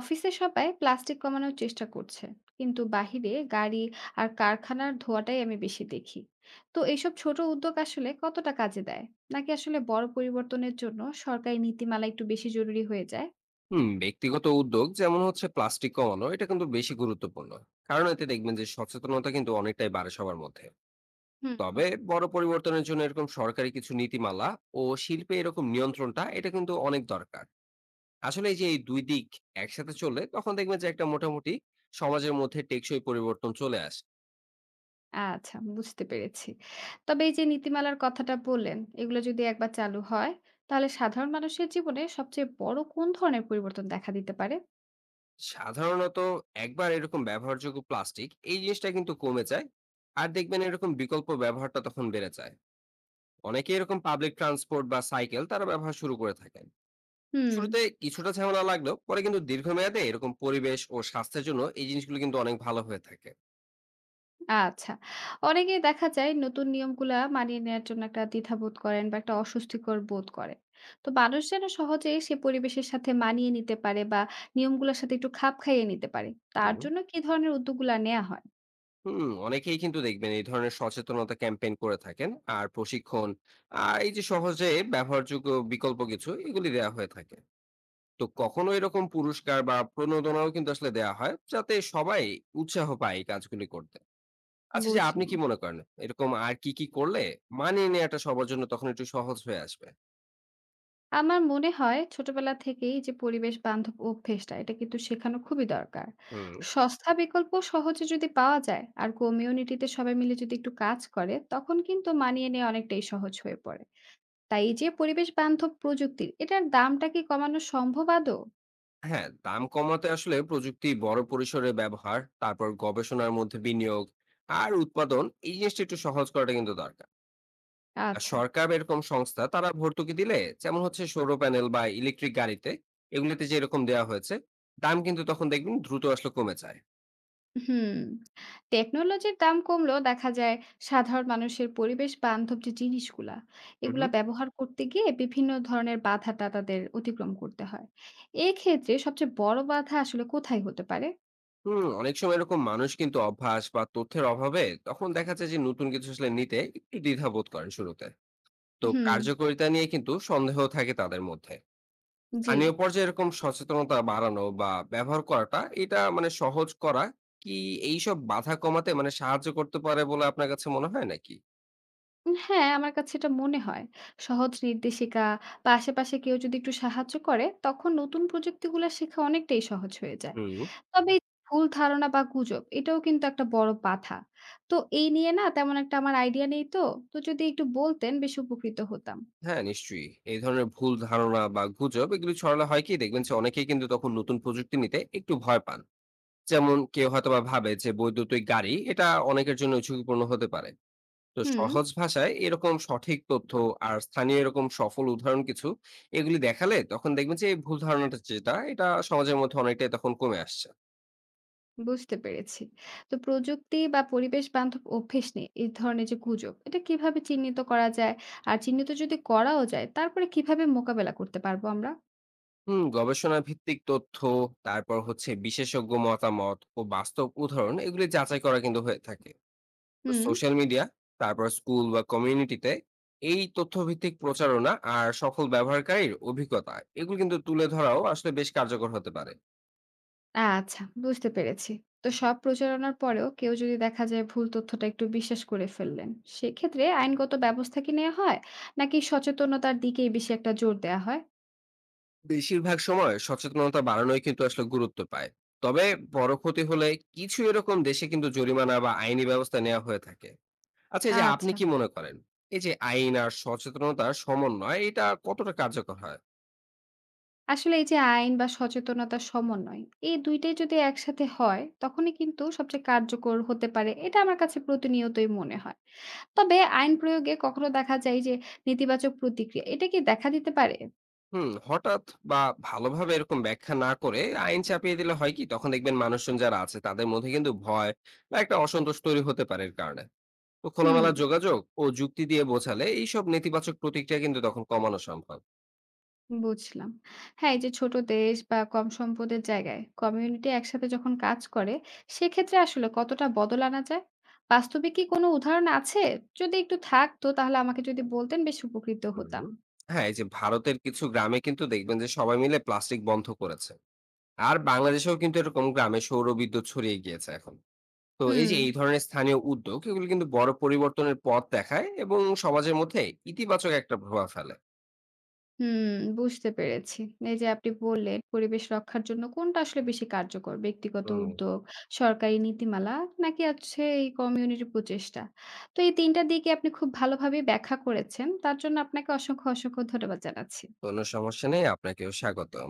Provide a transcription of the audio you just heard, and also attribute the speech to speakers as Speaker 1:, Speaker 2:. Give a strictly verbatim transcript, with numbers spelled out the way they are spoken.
Speaker 1: অফিসে সবাই প্লাস্টিক কমানোর চেষ্টা করছে, কিন্তু বাহিরে গাড়ি আর কারখানার ধোঁয়াটাই আমি বেশি দেখি। তো এইসব ছোট উদ্যোগ আসলে কতটা কাজে দেয়, নাকি আসলে বড় পরিবর্তনের জন্য সরকারি নীতিমালা একটু বেশি জরুরি হয়ে যায়?
Speaker 2: হুম, ব্যক্তিগত উদ্যোগ যেমন হচ্ছে প্লাস্টিক কমানো, এটা কিন্তু বেশি গুরুত্বপূর্ণ। কারণ এতে দেখবেন যে সচেতনতা কিন্তু অনেকটাই বাড়ে সবার মধ্যে।
Speaker 1: হুম।
Speaker 2: তবে বড় পরিবর্তনের জন্য এরকম সরকারি কিছু নীতিমালা ও শিল্পে এরকম নিয়ন্ত্রণটা এটা কিন্তু অনেক দরকার। আসলে এই যে এই দুই দিক একসাথে চললে তখন দেখবেন যে একটা মোটামুটি সমাজের মধ্যে টেকসই পরিবর্তন চলে আসে।
Speaker 1: আচ্ছা, বুঝতে পেরেছি। তবে এই যে নীতিমালার কথাটা বললেন, এগুলো যদি একবার চালু হয়, তাহলে সাধারণ মানুষের জীবনে সবচেয়ে বড় কোন ধরনের পরিবর্তন দেখা দিতে পারে?
Speaker 2: সাধারণত একবার এরকম ব্যবহারযোগ্য প্লাস্টিক এই জিনিসটা কিন্তু কমে যায়, আর দেখবেন এরকম বিকল্প ব্যবহারটা তখন বেড়ে যায়। অনেকে এরকম পাবলিক ট্রান্সপোর্ট বা সাইকেল তারা ব্যবহার শুরু করে থাকেন।
Speaker 1: হুম।
Speaker 2: শুরুতে কিছুটা ঝামেলা লাগলেও পরে কিন্তু দীর্ঘমেয়াদে এরকম পরিবেশ ও স্বাস্থ্যের জন্য এই জিনিসগুলো কিন্তু অনেক ভালো হয়ে থাকে।
Speaker 1: আচ্ছা। অনেকেই দেখা যায় নতুন নিয়মগুলা মানিয়ে নেয়ার জন্য একটা দ্বিধাবোধ করেন বা একটা অস্বস্তিকর বোধ করেন। তো মানুষ যেন সহজে সে পরিবেশের সাথে মানিয়ে নিতে পারে বা নিয়মগুলার সাথে একটু খাপ খাইয়ে নিতে পারে। তার
Speaker 2: হুম,
Speaker 1: জন্য কি ধরনের উদ্যোগগুলা নেয়া হয়?
Speaker 2: হুম, অনেকেই কিন্তু দেখবেন এই ধরনের সচেতনতা ক্যাম্পেইন করে থাকেন আর প্রশিক্ষণ, আর এই যে সহজে ব্যবহারযোগ্য বিকল্প কিছু এগুলি দেওয়া হয়ে থাকে। তো কখনো এরকম পুরস্কার বা প্রণোদনাও কিন্তু আসলে দেওয়া হয় যাতে সবাই উৎসাহ পায় এই কাজগুলি করতে। আচ্ছা, যে আপনি
Speaker 1: বুঝলাম।
Speaker 2: কি মনে করেন? এরকম আর কি, কি করলে মানিয়ে নেয়াটা সবার জন্য তখন একটু সহজ হয়ে আসবে?
Speaker 1: আমার মনে হয় ছোটবেলা থেকেই যে পরিবেশ বান্ধব অভ্যেসটা এটা কিন্তু শেখানো খুবই দরকার।
Speaker 2: হুম।
Speaker 1: সস্তা বিকল্প সহজে যদি পাওয়া যায় আর কমিউনিটিতে সবাই মিলে যদি একটু কাজ করে, তখন কিন্তু মানিয়ে নেয়া অনেকটাই সহজ হয়ে পড়ে। তাই এই যে পরিবেশ বান্ধব প্রযুক্তির এটার দামটা কি কমানো সম্ভব আদৌ?
Speaker 2: হ্যাঁ, দাম কমাতে আসলে প্রযুক্তি বড় পরিসরে ব্যবহার, তারপর গবেষণার মধ্যে বিনিয়োগ আর উৎপাদন, এই জিনিসটা একটু সহজ করাটা কিন্তু দরকার। আর
Speaker 1: আচ্ছা।
Speaker 2: সরকার বা এরকম সংস্থা তারা ভর্তুকি দিলে, যেমন হচ্ছে সৌর প্যানেল বা ইলেকট্রিক গাড়িতে এগুলোতে যে এরকম দেওয়া হয়েছে, দাম কিন্তু তখন দেখবেন দ্রুত আসলে কমে যায়।
Speaker 1: হুম। টেকনোলজির দাম কমলেও দেখা যায় সাধারণ মানুষের পরিবেশ বান্ধব যে জিনিসগুলা,
Speaker 2: হুম,
Speaker 1: এগুলা
Speaker 2: হুম।
Speaker 1: ব্যবহার করতে গিয়ে বিভিন্ন ধরনের বাধাটা তাদের অতিক্রম করতে হয়। এক্ষেত্রে সবচেয়ে বড় বাধা আসলে কোথায় হতে পারে?
Speaker 2: হুম, অনেক সময় এরকম মানুষ কিন্তু অভ্যাস বা তথ্যের অভাবে তখন দেখা যায় যে নতুন কিছু আসলে নিতে একটু দ্বিধাবোধ করেন শুরুতে। তো
Speaker 1: হুম,
Speaker 2: কার্যকারিতা নিয়ে কিন্তু সন্দেহ থাকে তাদের মধ্যে।
Speaker 1: জি।
Speaker 2: স্থানীয় পর্যায়ে এরকম সচেতনতা বাড়ানো বা ব্যবহার করাটা এটা মানে সহজ করা কি এইসব বাধা কমাতে মানে সাহায্য করতে পারে বলে আপনার কাছে মনে হয় নাকি?
Speaker 1: হ্যাঁ, আমার কাছে এটা মনে হয়। সহজ নির্দেশিকা বা আশেপাশে কেউ যদি একটু সাহায্য করে, তখন নতুন প্রযুক্তিগুলা শেখা অনেকটাই সহজ হয়ে যায়।
Speaker 2: হুম।
Speaker 1: তবে এই ভুল ধারণা বা গুজব এটাও কিন্তু একটা বড় বাধা। তো এই নিয়ে না তেমন একটা আমার আইডিয়া নেই তো। তো যদি একটু বলতেন বেশ উপকৃত হতাম।
Speaker 2: হ্যাঁ, নিশ্চয়ই এই ধরনের ভুল ধারণা বা গুজব এগুলি ছড়ালে হয় কি, দেখবেন যে অনেকেই কিন্তু তখন নতুন প্রযুক্তি নিতে একটু ভয় পান। যেমন কেউ হয়তোবা ভাবে যে বৈদ্যুতিক গাড়ি এটা অনেকের জন্য ঝুঁকিপূর্ণ হতে পারে। তো
Speaker 1: হুম,
Speaker 2: সহজ ভাষায় এরকম সঠিক তথ্য আর স্থানীয় এরকম সফল উদাহরণ কিছু এগুলি দেখালে তখন দেখবেন যে এই ভুল ধারণাটা যেটা এটা সমাজের মধ্যে অনেকটাই তখন কমে আসছে।
Speaker 1: বুঝতে পেরেছি। তো প্রযুক্তি বা পরিবেশ বান্ধব অভ্যেস নিয়ে এই ধরনের যে গুজব, এটা কিভাবে চিহ্নিত করা যায়? আর চিহ্নিত যদি করাও যায়, তারপরে কিভাবে মোকাবেলা করতে পারবো আমরা?
Speaker 2: হুম, গবেষণা ভিত্তিক তথ্য, তারপর হচ্ছে বিশেষজ্ঞ মতামত ও বাস্তব উদাহরণ এগুলি যাচাই করা কিন্তু হয়ে থাকে।
Speaker 1: হুম।
Speaker 2: সোশ্যাল মিডিয়া, তারপর স্কুল বা কমিউনিটিতে এই তথ্যভিত্তিক প্রচারণা আর সফল ব্যবহারকারীর অভিজ্ঞতা এগুলো কিন্তু তুলে ধরাও আসলে বেশ কার্যকর হতে পারে।
Speaker 1: আচ্ছা, বুঝতে পেরেছি। তো সব প্রচারণার পরেও কেউ যদি দেখা যায় ভুল তথ্যটা একটু বিশ্বাস করে ফেললেন, সেক্ষেত্রে আইনগত ব্যবস্থা কি নেওয়া হয়, নাকি সচেতনতার দিকেই বেশি একটা জোর দেয়া হয়?
Speaker 2: বেশিরভাগ সময় সচেতনতা বাড়ানোই কিন্তু আসলে গুরুত্ব পায়। তবে বড় ক্ষতি হলে কিছু এরকম দেশে কিন্তু জরিমানা বা আইনি ব্যবস্থা নেওয়া হয়ে থাকে। আচ্ছা, এই যে আপনি
Speaker 1: আচ্ছা।
Speaker 2: কি মনে করেন? এই যে আইন আর সচেতনতার সমন্বয় এটা কতটা কার্যকর হয়?
Speaker 1: আসলে এই যে আইন বা সচেতনতার সমন্বয়, এই দুই টাই যদি একসাথে হয়, তখনই কিন্তু সবচেয়ে কার্যকর হতে পারে। এটা আমার কাছে প্রতিনিয়তই মনে হয়। তবে আইন প্রয়োগে কখনো দেখা যায় যে নেতিবাচক প্রতিক্রিয়া, এটা কি দেখা দিতে পারে?
Speaker 2: হুম, হঠাৎ বা ভালোভাবে এরকম ব্যাখ্যা না করে আইন চাপিয়ে দিলে হয় কি তখন দেখবেন মানুষজন যারা আছে তাদের মধ্যে কিন্তু ভয় বা একটা অসন্তোষ তৈরি হতে পারে এর কারণে। তো
Speaker 1: হুম।
Speaker 2: খোলামেলা যোগাযোগ ও যুক্তি দিয়ে বোঝালে এইসব নেতিবাচক প্রতিক্রিয়া কিন্তু তখন কমানো সম্ভব।
Speaker 1: বুঝলাম। হ্যাঁ, এই যে ছোট দেশ বা কম সম্পদের জায়গায় কমিউনিটি একসাথে যখন কাজ করে, সেক্ষেত্রে আসলে কতটা বদল আনা যায়? বাস্তবে কি কোনো উদাহরণ আছে? যদি একটু থাকতো তাহলে আমাকে যদি বলতেন বেশ উপকৃত
Speaker 2: হুম।
Speaker 1: হতাম।
Speaker 2: হ্যাঁ, এই যে ভারতের কিছু গ্রামে কিন্তু দেখবেন যে সবাই মিলে প্লাস্টিক বন্ধ করেছে, আর বাংলাদেশেও কিন্তু এরকম গ্রামে সৌর বিদ্যুৎ ছড়িয়ে গিয়েছে এখন। তো এই
Speaker 1: হুম,
Speaker 2: যে এই ধরনের স্থানীয় উদ্যোগ এগুলো কিন্তু বড় পরিবর্তনের পথ দেখায় এবং সমাজের মধ্যে ইতিবাচক একটা প্রভাব ফেলে।
Speaker 1: হুম, বুঝতে পেরেছি। এই যে আপনি বললেন পরিবেশ রক্ষার জন্য কোনটা আসলে বেশি কার্যকর? ব্যক্তিগত
Speaker 2: হুম,
Speaker 1: উদ্যোগ, সরকারি নীতিমালা, নাকি আছে এই কমিউনিটি প্রচেষ্টা? তো এই তিন টা দিকই আপনি খুব ভালোভাবে ব্যাখ্যা করেছেন। তার জন্য আপনাকে অসংখ্য, অসংখ্য ধন্যবাদ জানাচ্ছি।
Speaker 2: কোনো সমস্যা নেই। আপনাকেও স্বাগতম।